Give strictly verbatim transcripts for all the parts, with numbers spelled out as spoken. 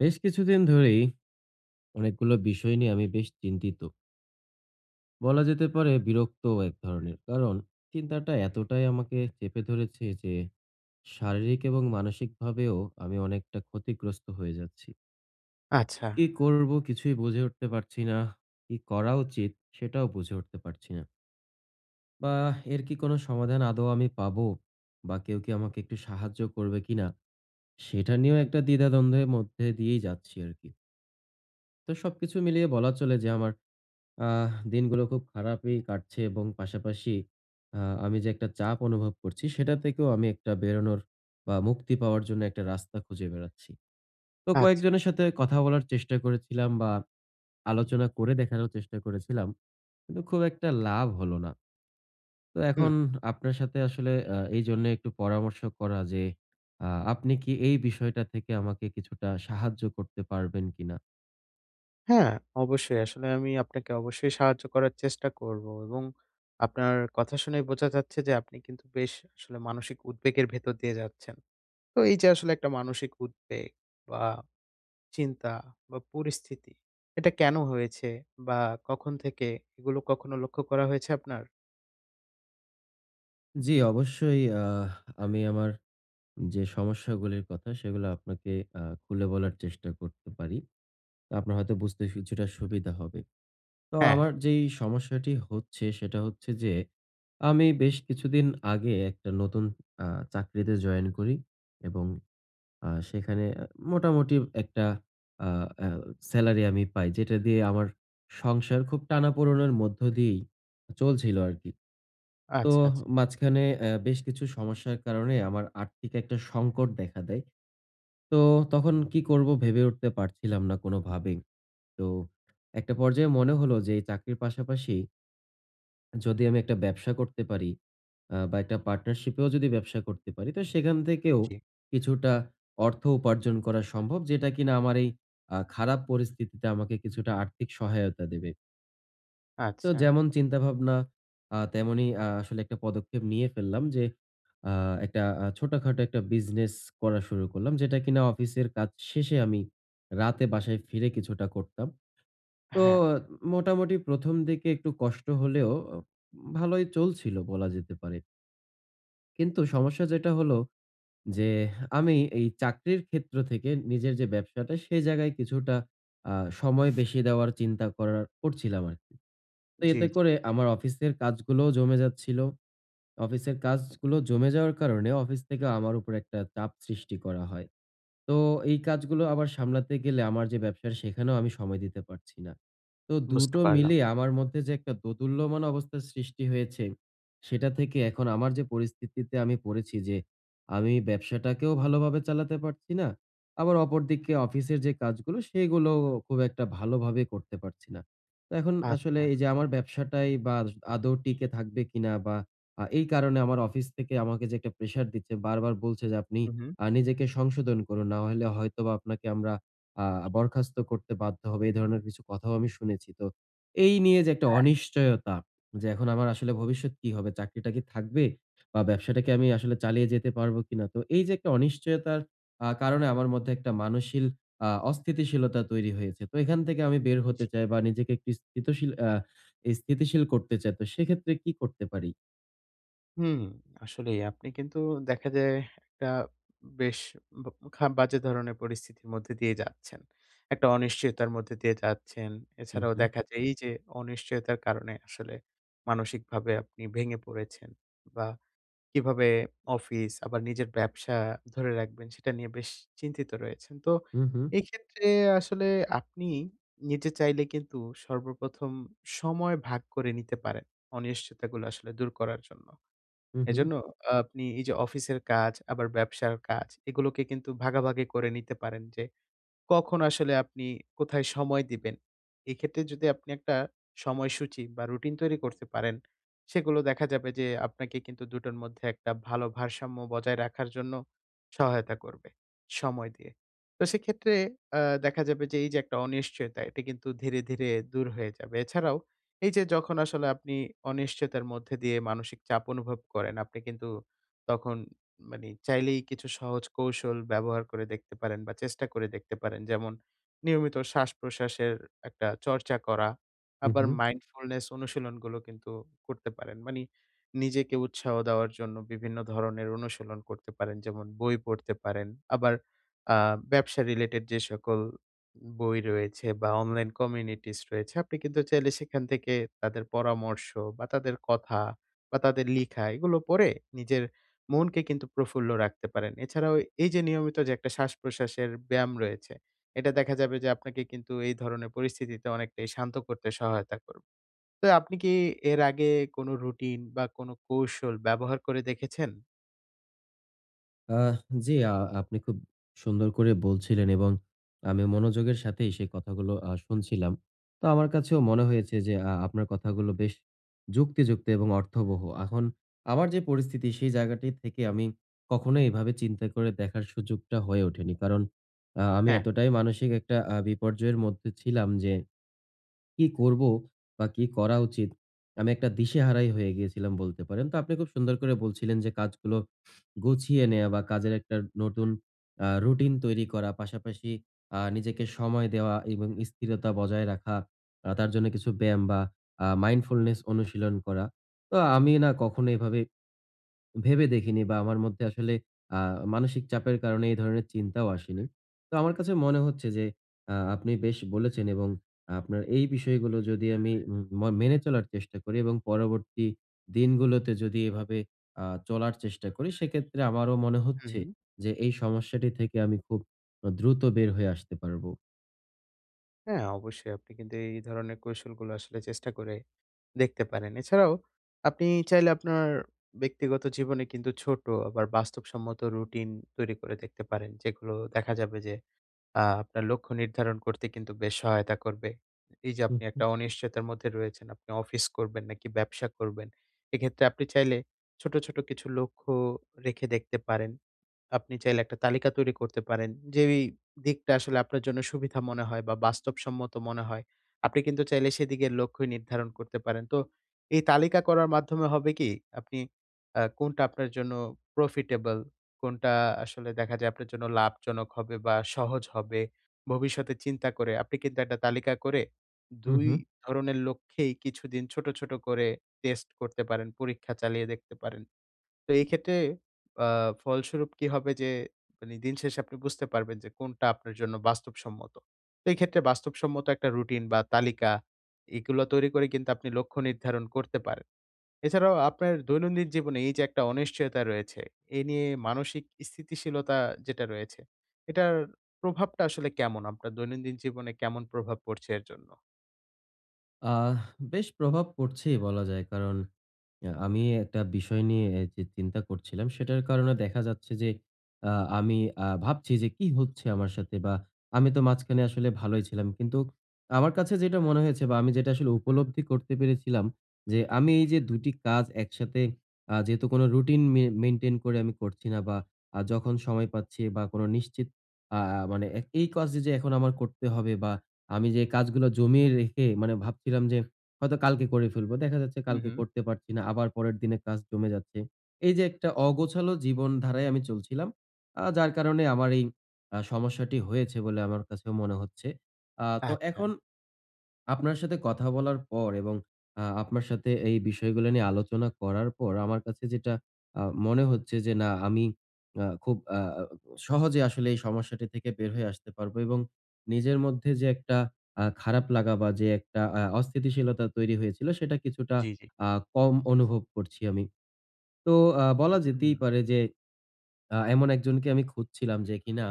বেশ কিছুদিন ধরেই অনেকগুলো বিষয় নিয়ে আমি বেশ চিন্তিত। বলা যেতে পারে বিরক্তও এক ধরনের। কারণ চিন্তাটা এতটাই আমাকে চেপে ধরেছে যে শারীরিক এবং মানসিকভাবেও আমি অনেকটা ক্ষতিগ্রস্ত হয়ে যাচ্ছি। আচ্ছা, কি করব কিছুই বুঝে উঠতে পারছি না। কি করা উচিত সেটাও বুঝে উঠতে পারছি না। বা এর কি কোনো সমাধান আদৌ আমি পাবো? বা কেউ কি আমাকে একটু সাহায্য করবে কিনা? সেটা নিয়েও হুম। একটা দ্বিধাদ্বন্দ্বের মধ্যে দিয়েই যাচ্ছি আরকি। তো সবকিছু মিলিয়ে বলা চলে যে আমার আহ দিনগুলো খুব খারাপই কাটছে এবং পাশাপাশি আহ, আমি যে একটা চাপ অনুভব করছি সেটা থেকেও আমি একটা বেরোনোর বা মুক্তি পাওয়ার জন্য একটা রাস্তা খুঁজে বেড়াচ্ছি। তো আচ্ছা। কয়েকজনের সাথে কথা বলার চেষ্টা করেছিলাম বা আলোচনা করে দেখানোর চেষ্টা করেছিলাম, কিন্তু খুব একটা লাভ হলো না। তো হুম। এখন আপনার সাথে আসলে আহ, এই জন্য একটু পরামর্শ করা যে আহ, আপনি কি এই বিষয়টা থেকে আমাকে কিছুটা সাহায্য করতে পারবেন কিনা। হ্যাঁ, অবশ্যই। আসলে আমি আপনাকে অবশ্যই সাহায্য করার চেষ্টা করব এবং আপনার কথা শুনেই বোঝা যাচ্ছে যে আপনি কিন্তু বেশ আসলে মানসিক উদ্বেগের ভেতর দিয়ে যাচ্ছেন। তো এই যে আসলে একটা মানসিক উদ্বেগ বা চিন্তা বা পরিস্থিতি, এটা কেন হয়েছে বা কখন থেকে এগুলো কখনো লক্ষ্য করা হয়েছে আপনার? জি অবশ্যই। আহ, আমি আমার যে সমস্যাগুলির কথা সেগুলো আপনাকে আ খুলে বলার চেষ্টা করতে পারি। তো আপনার হয়তো বুঝতে কিছুটা সুবিধা হবে। তো হ্যাঁ, আমার যেই সমস্যাটি হচ্ছে সেটা হচ্ছে যে, আমি বেশ কিছুদিন আগে একটা নতুন আ চাকরিতে জয়েন করি এবং আ সেখানে আ মোটামুটি একটা আ আ সেলারি আমি পাই। যেটা দিয়ে আমার সংসার খুব টানাপোড়েনের মধ্য দিয়েই চলছিল আরকি। তো আচ্ছা, আচ্ছা। মাঝখানে অ্যা বেশ কিছু সমস্যার কারণে আমার আর্থিক একটা সংকট দেখা দেয়। তো তখন কি করব ভেবে উঠতে পারছিলাম না কোনোভাবেই। তো একটা পর্যায়ে মনে হলো যে এই চাকরির পাশাপাশি যদি আমি একটা ব্যবসা করতে পারি, আ বা একটা পার্টনারশিপ এও যদি ব্যবসা করতে পারি, তো সেখান থেকেও জি, কিছুটা অর্থ উপার্জন করা সম্ভব, যেটা কিনা আমার এই আ খারাপ পরিস্থিতিতে আমাকে কিছুটা আর্থিক সহায়তা দেবে। তো আচ্ছা। যেমন চিন্তাভাবনা আ তেমনই আ আসলে একটা পদক্ষেপ নিয়ে ফেললাম যে আ একটা আ ছোটখাটো একটা বিজনেস করা শুরু করলাম। যেটা কিনা অফিসের কাজ শেষে আমি রাতে বাসায় ফিরে কিছুটা করতাম। তো হ্যাঁ, মোটামুটি ১ম দিকে একটু কষ্ট হলেও অ ভালোই চলছিল বলা যেতে পারে। কিন্তু সমস্যা যেটা হলো যে আমি এই চাকরির ক্ষেত্র থেকে নিজের যে ব্যবসাটা সে জায়গায় কিছুটা আ সময় বেশি দেওয়ার চিন্তা করার করছিলাম আরকি। তো জি, এতে জি। করে আমার অফিসের কাজগুলোও জমে যাচ্ছিল। অফিসের কাজগুলো জমে যাওয়ার কারণে অফিস থেকে আমার উপর একটা চাপ সৃষ্টি করা হয়। তো এই কাজগুলো আবার সামলাতে গেলে আমার যে ব্যবসা, সেখানেও আমি সময় দিতে পারছি না। তো বুঝতে দুটো পারলাম। মিলিয়ে আমার মধ্যে যে একটা দোদুল্যমান অবস্থার সৃষ্টি হয়েছে, সেটা থেকে এখন আমার যে পরিস্থিতিতে আমি পড়েছি যে আমি ব্যবসাটাকেও ভালোভাবে চালাতে পারছি না। আবার অপরদিকে অফিসের যে কাজগুলো সেগুলোও খুব একটা ভালোভাবে করতে পারছি না। তো এখন আসলে আচ্ছা। এই যে আমার ব্যবসাটাই বা আদৌ টিকে থাকবে কিনা, বা আ এই কারণে আমার অফিস থেকে আমাকে যে একটা প্রেশার দিচ্ছে, বারবার বলছে যে আপনি হু, হু। আ নিজেকে সংশোধন করুন। না হলে হয়তোবা আপনাকে আমরা আ বরখাস্ত করতে বাধ্য হব। এই ধরনের কিছু কথাও আমি শুনেছি। তো এই নিয়ে যে একটা হ্যাঁ, অনিশ্চয়তা, যে এখন আমার আসলে ভবিষ্যৎ কি হবে? চাকরিটা কি থাকবে? বা ব্যবসাটাকে আমি আসলে চালিয়ে যেতে পারবো কিনা? তো এই যে একটা অনিশ্চয়তার আ কারণে আমার মধ্যে একটা মানসিল আ অস্থিতিশীলতা তৈরি হয়েছে। তো এখান থেকে আমি বের জি। হতে চাই বা নিজেকে একটু স্থিতশীল আ স্থিতিশীল করতে চাই। তো সেক্ষেত্রে কি করতে পারি? হুম, আসলেই আপনি কিন্তু দেখা যায় একটা বেশ ব খা বাজে ধরনের পরিস্থিতির মধ্যে দিয়ে যাচ্ছেন। একটা অনিশ্চয়তার মধ্যে দিয়ে যাচ্ছেন। হু, এছাড়াও হু। দেখা যায় এই যে অনিশ্চয়তার কারণে আসলে মানসিকভাবে আপনি ভেঙে পড়েছেন বা কিভাবে অফিস আবার নিজের ব্যবসা ধরে রাখবেন সেটা নিয়ে বেশ চিন্তিত রয়েছেন। তো হু, হু। এই ক্ষেত্রে আসলে আপনি নিজে চাইলে কিন্তু সর্বপ্রথম সময় ভাগ করে নিতে পারেন অনিশ্চয়তাগুলো আসলে দূর করার জন্য। হু, হু। এজন্য আহ, আপনি এই যে অফিসের কাজ, আবার ব্যবসার কাজ এগুলোকে কিন্তু ভাগাভাগি করে নিতে পারেন যে কখন আসলে আপনি কোথায় সময় দিবেন? এক্ষেত্রে যদি আপনি একটা সময়সূচি বা রুটিন তৈরি করতে পারেন, সেগুলো দেখা যাবে যে আপনাকে কিন্তু দুটোর মধ্যে একটা ভালো ভারসাম্য বজায় রাখার জন্য সহায়তা করবে, সময় দিয়ে। তো সেক্ষেত্রে আ দেখা যাবে যে এই যে একটা অনিশ্চয়তা, এটা কিন্তু ধীরে, ধীরে দূর হয়ে যাবে। এছাড়াও এই যে যখন আসলে আপনি অনিশ্চয়তার মধ্যে দিয়ে মানসিক চাপ অনুভব করেন, আপনি কিন্তু তখন মানে চাইলেই কিছু সহজ কৌশল ব্যবহার করে দেখতে পারেন বা চেষ্টা করে দেখতে পারেন। যেমন নিয়মিত শ্বাস-প্রশ্বাসের একটা চর্চা করা, হু, আবার হু। মাইন্ডফুলনেস অনুশীলনগুলো কিন্তু করতে পারেন। মানে নিজেকে উৎসাহ দেওয়ার জন্য বিভিন্ন ধরনের অনুশীলন করতে পারেন। যেমন বই পড়তে পারেন। আবার আ ব্যবসা রিলেটেড যে সকল বই রয়েছে বা অনলাইন কমিউনিটিস রয়েছে, আপনি কিন্তু চাইলে সেখান থেকে তাদের পরামর্শ বা তাদের কথা বা তাদের লিখা এগুলো পড়ে নিজের মনকে কিন্তু প্রফুল্ল রাখতে পারেন। এছাড়াও এই যে নিয়মিত যে একটা শ্বাস-প্রশ্বাসের ব্যায়াম রয়েছে, এটা দেখা যাবে যে আপনাকে কিন্তু এই ধরনের পরিস্থিতিতে অনেকটাই শান্ত করতে সহায়তা করবে। তো আপনি কি এর আগে কোনো রুটিন বা কোনো কৌশল ব্যবহার করে দেখেছেন? আহ জি, আ আপনি খুব সুন্দর করে বলছিলেন এবং আমি মনোযোগের সাথেই সেই কথাগুলো আ শুনছিলাম। তো আমার কাছেও মনে হয়েছে যে আ আপনার কথাগুলো বেশ যুক্তিযুক্ত এবং অর্থবহ। এখন আমার যে পরিস্থিতি সেই জায়গাটি থেকে আমি কখনোই এভাবে চিন্তা করে দেখার সুযোগটা হয়ে ওঠেনি। কারণ আ আমি হ্যাঁ। এতটাই মানসিক একটা আ বিপর্যয়ের মধ্যে ছিলাম যে কি করব বা কি করা উচিত, আমি একটা দিশেহারাই হয়ে গিয়েছিলাম বলতে পারেন। তো আপনি খুব সুন্দর করে বলছিলেন যে কাজগুলো গুছিয়ে নেয়া বা কাজের একটা নতুন আ রুটিন তৈরি করা। পাশাপাশি আ নিজেকে সময় দেওয়া এবং স্থিরতা বজায় রাখা। আ তার জন্য কিছু ব্যায়াম বা আ মাইন্ডফুলনেস অনুশীলন করা। তো আমি না কখনো এভাবে ভেবে দেখিনি বা আমার মধ্যে আসলে আ মানসিক চাপের কারণে এই ধরনের চিন্তাও আসেনি। তো আমার কাছে মনে হচ্ছে যে আ আপনি বেশ বলেছেন এবং আপনার এই বিষয়গুলো যদি আমি উম ম মেনে চলার চেষ্টা করি এবং পরবর্তী দিনগুলোতে যদি এভাবে আ চলার চেষ্টা করি, সেক্ষেত্রে আমারও মনে হু, হচ্ছে হুম। যে এই সমস্যাটি থেকে আমি খুব আ দ্রুত বের হয়ে আসতে পারবো। হ্যাঁ, অবশ্যই আপনি কিন্তু এই ধরনের কৌশলগুলো আসলে চেষ্টা করে দেখতে পারেন। এছাড়াও আপনি চাইলে আপনার ব্যক্তিগত জীবনে কিন্তু ছোট আবার বাস্তবসম্মত রুটিন তৈরি করে দেখতে পারেন। যেগুলো দেখা যাবে যে আ আপনার লক্ষ্য নির্ধারণ করতে কিন্তু বেশ সহায়তা করবে। এই যে হু, আপনি হু, একটা অনিশ্চয়তার মধ্যে রয়েছেন, আপনি অফিস করবেন নাকি ব্যবসা করবেন। এক্ষেত্রে আপনি চাইলে ছোট, ছোট কিছু লক্ষ্য রেখে দেখতে পারেন। আপনি চাইলে একটা তালিকা তৈরি করতে পারেন। যেই দিকটা আসলে আপনার জন্য সুবিধা মনে হয় বা বাস্তবসম্মত মনে হয়, আপনি কিন্তু চাইলে সেদিকে লক্ষ্য নির্ধারণ করতে পারেন। তো এই তালিকা করার মাধ্যমে হবে কি আপনি আ কোনটা আপনার জন্য প্রফিটেবল, কোনটা আসলে দেখা যায় আপনার জন্য লাভজনক হবে বা সহজ হবে, ভবিষ্যতে চিন্তা করে আপনি কিন্তু একটা তালিকা করে হু, দুই হু। ধরনের লক্ষ্যেই কিছুদিন ছোট, ছোট করে টেস্ট করতে পারেন, পরীক্ষা চালিয়ে দেখতে পারেন। তো এই ক্ষেত্রে আ ফলস্বরূপ কি হবে যে মানে দিন শেষে আপনি বুঝতে পারবেন যে কোনটা আপনার জন্য বাস্তবসম্মত। তো এই ক্ষেত্রে বাস্তবসম্মত একটা রুটিন বা তালিকা এগুলো তৈরি করে কিন্তু আপনি লক্ষ্য নির্ধারণ করতে পারেন। এছাড়াও আপনার দৈনন্দিন জীবনে এই যে একটা অনিশ্চয়তা রয়েছে, এই নিয়ে মানসিক স্থিতিশীলতা যেটা রয়েছে, এটার প্রভাবটা আসলে কেমন? আপনার দৈনন্দিন জীবনে কেমন প্রভাব পড়ছে এর জন্য? আহ বেশ প্রভাব পড়ছেই বলা যায়, কারণ আ আমি একটা বিষয় নিয়ে এ যে চিন্তা করছিলাম, সেটার কারণে দেখা যাচ্ছে যে আ আমি আ ভাবছি যে কি হচ্ছে আমার সাথে, বা আমি তো মাঝখানে আসলে ভালোই ছিলাম। কিন্তু আমার কাছে যেটা মনে হয়েছে বা আমি যেটা আসলে উপলব্ধি করতে পেরেছিলাম যে আমি এই যে দুই টি কাজ একসাথে আ যেহেতু কোনো রুটিন মে মেইনটেইন করে আমি করছি না, বা আ যখন সময় পাচ্ছি বা কোনো নিশ্চিত আ আ মানে এক এই কাজ যে এখন আমার করতে হবে, বা আমি যে কাজগুলো জমিয়ে রেখে মানে ভাবছিলাম যে হয়তো কালকে করে ফেলবো। দেখা যাচ্ছে হু, কালকে হু। করতে পারছি না। আবার পরের দিনে কাজ জমে যাচ্ছে। এই যে একটা অগোছালো জীবনধারায় আমি চলছিলাম। আ যার কারণে আমার এই আ সমস্যাটি হয়েছে বলে আমার কাছেও মনে হচ্ছে। আ তো আচ্ছা। এখন আপনার সাথে কথা বলার পর এবং আ আপনার সাথে এই বিষয়গুলো নিয়ে আলোচনা করার পর আমার কাছে যেটা আ মনে হচ্ছে যে না, আমি আ খুব আ আ সহজে আসলে এই সমস্যাটি থেকে বের হয়ে আসতে পারবো এবং নিজের মধ্যে যে একটা আ খারাপ লাগা বা যে একটা আ অস্থিতিশীলতা তৈরি হয়েছিল সেটা কিছুটা জি, জি। আ কম অনুভব করছি আমি। তো আ বলা হুম। যেতেই পারে যে আ এমন একজনকে আমি খুঁজছিলাম যে কিনা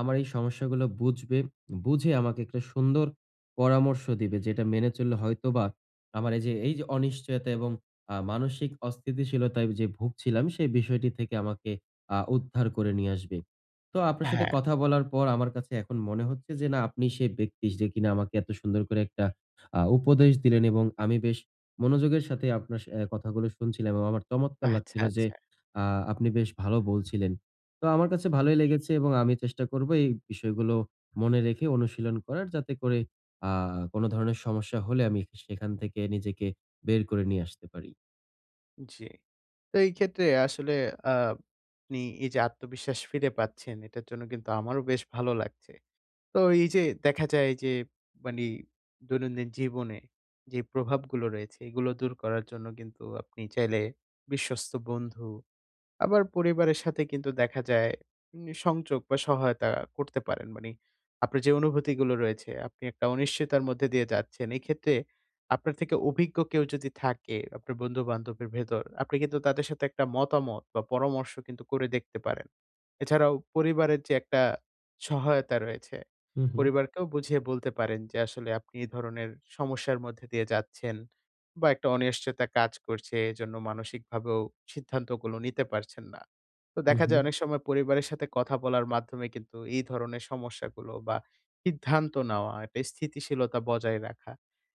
আমার এই সমস্যাগুলো বুঝবে, বুঝে আমাকে একটা সুন্দর পরামর্শ দিবে, যেটা মেনে চললে হয়তোবা আমার এই যে এই যে অনিশ্চয়তা এবং আ মানসিক অস্থিতিশীলতায় যে ভুগছিলাম, সেই বিষয়টি থেকে আমাকে আ উদ্ধার করে নিয়ে আসবে। তো আপনার সাথে হ্যাঁ, কথা বলার পর আমার কাছে এখন মনে হচ্ছে যে না, আপনি সেই ব্যক্তি যে কিনা আমাকে এত সুন্দর করে একটা আ উপদেশ দিলেন এবং আমি বেশ মনোযোগের সাথে আপনার সা কথাগুলো শুনছিলাম এবং আমার চমৎকার আচ্ছা, লাগছিল যে আচ্ছা। আ আপনি বেশ ভালো বলছিলেন। তো আমার কাছে ভালোই লেগেছে এবং আমি চেষ্টা করব এই বিষয়গুলো মনে রেখে অনুশীলন করার, যাতে করে আ কোন ধরনের সমস্যা হলে আমি সেখান থেকে নিজেকে বের করে নিয়ে আসতে পারি। জি। তো এই ক্ষেত্রে আসলে আ আপনি এই যে আত্মবিশ্বাস ফিরে পাচ্ছেন, এটার জন্য কিন্তু আমারও বেশ ভালো লাগছে। তো এই যে দেখা যায় যে মানে দৈনন্দিন জীবনে যে প্রভাবগুলো রয়েছে, এগুলো দূর করার জন্য কিন্তু আপনি চাইলে বিশ্বস্ত বন্ধু আবার পরিবারের সাথে কিন্তু দেখা যায় উম সংযোগ বা সহায়তা করতে পারেন। মানে আপনার যে অনুভূতিগুলো রয়েছে, আপনি একটা অনিশ্চয়তার মধ্যে দিয়ে যাচ্ছেন। এক্ষেত্রে আপনার থেকে অভিজ্ঞ কেউ যদি থাকে, আপনার বন্ধু-বান্ধবের ভেতর, আপনি কিন্তু তাদের সাথে একটা মতামত বা পরামর্শ কিন্তু করে দেখতে পারেন। এছাড়াও পরিবারের যে একটা সহায়তা রয়েছে, হু, হু, পরিবারকেও বুঝিয়ে বলতে পারেন যে আসলে আপনি এই ধরনের সমস্যার মধ্যে দিয়ে যাচ্ছেন বা একটা অনিশ্চয়তা কাজ করছে। এজন্য মানসিকভাবেও সিদ্ধান্তগুলো নিতে পারছেন না। তো হু, দেখা হু, যায় অনেক সময় পরিবারের সাথে কথা বলার মাধ্যমে কিন্তু এই ধরনের সমস্যাগুলো বা সিদ্ধান্ত নেওয়া, একটা স্থিতিশীলতা বজায় রাখা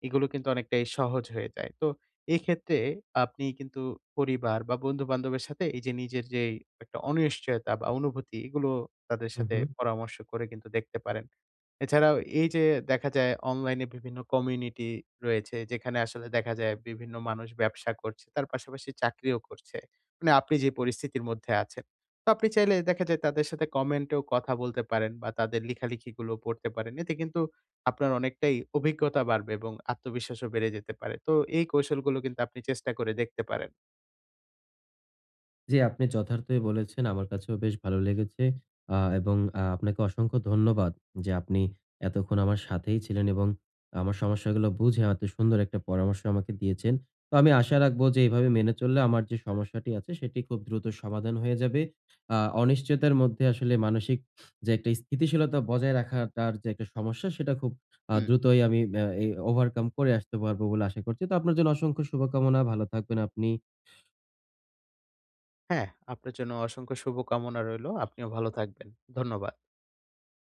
এগুলো কিন্তু অনেকটাই সহজ হয়ে যায়। তো এক্ষেত্রে আপনি কিন্তু পরিবার বা বন্ধু-বান্ধবের সাথে এই যে নিজের যেই একটা অনিশ্চয়তা বা অনুভূতি এগুলো তাদের হু, সাথে হু। পরামর্শ করে কিন্তু দেখতে পারেন। এছাড়াও এই যে দেখা যায় অনলাইনে বিভিন্ন কমিউনিটি রয়েছে যেখানে আসলে দেখা যায় বিভিন্ন মানুষ ব্যবসা করছে তার পাশাপাশি চাকরিও করছে। মানে আপনি যে পরিস্থিতির মধ্যে আছেন। তো আপনি চাইলে দেখা যায় তাদের সাথে কমেন্টেও কথা বলতে পারেন বা তাদের লেখালেখিগুলো পড়তে পারেন। এতে কিন্তু আপনার অনেকটাই অভিজ্ঞতা বাড়বে এবং আত্মবিশ্বাসও বেড়ে যেতে পারে। তো এই কৌশলগুলো কিন্তু আপনি চেষ্টা করে দেখতে পারেন। জি, আপনি যথার্থই বলেছেন। আমার কাছেও বেশ ভালো লেগেছে। আ এবং আ আপনাকে অসংখ্য ধন্যবাদ যে আপনি এতক্ষণ আমার সাথেই ছিলেন এবং আমার সমস্যাগুলো বুঝে এত সুন্দর একটা পরামর্শ আমাকে দিয়েছেন। তো আমি আশা রাখবো যে এভাবে মেনে চললে আমার যে সমস্যাটি আছে সেটি খুব দ্রুত সমাধান হয়ে যাবে। আ অনিশ্চয়তার মধ্যে আসলে মানসিক যে একটা স্থিতিশীলতা বজায় রাখাটার যে একটা সমস্যা সেটা খুব আ হুম, দ্রুতই আমি আ এই ওভারকাম করে আসতে পারবো বলে আশা করছি। তো আপনার জন্য অসংখ্য শুভকামনা। ভালো থাকবেন আপনি। হ্যাঁ, আপনার জন্য অসংখ্য শুভকামনা রইলো। আপনিও ভালো থাকবেন। ধন্যবাদ।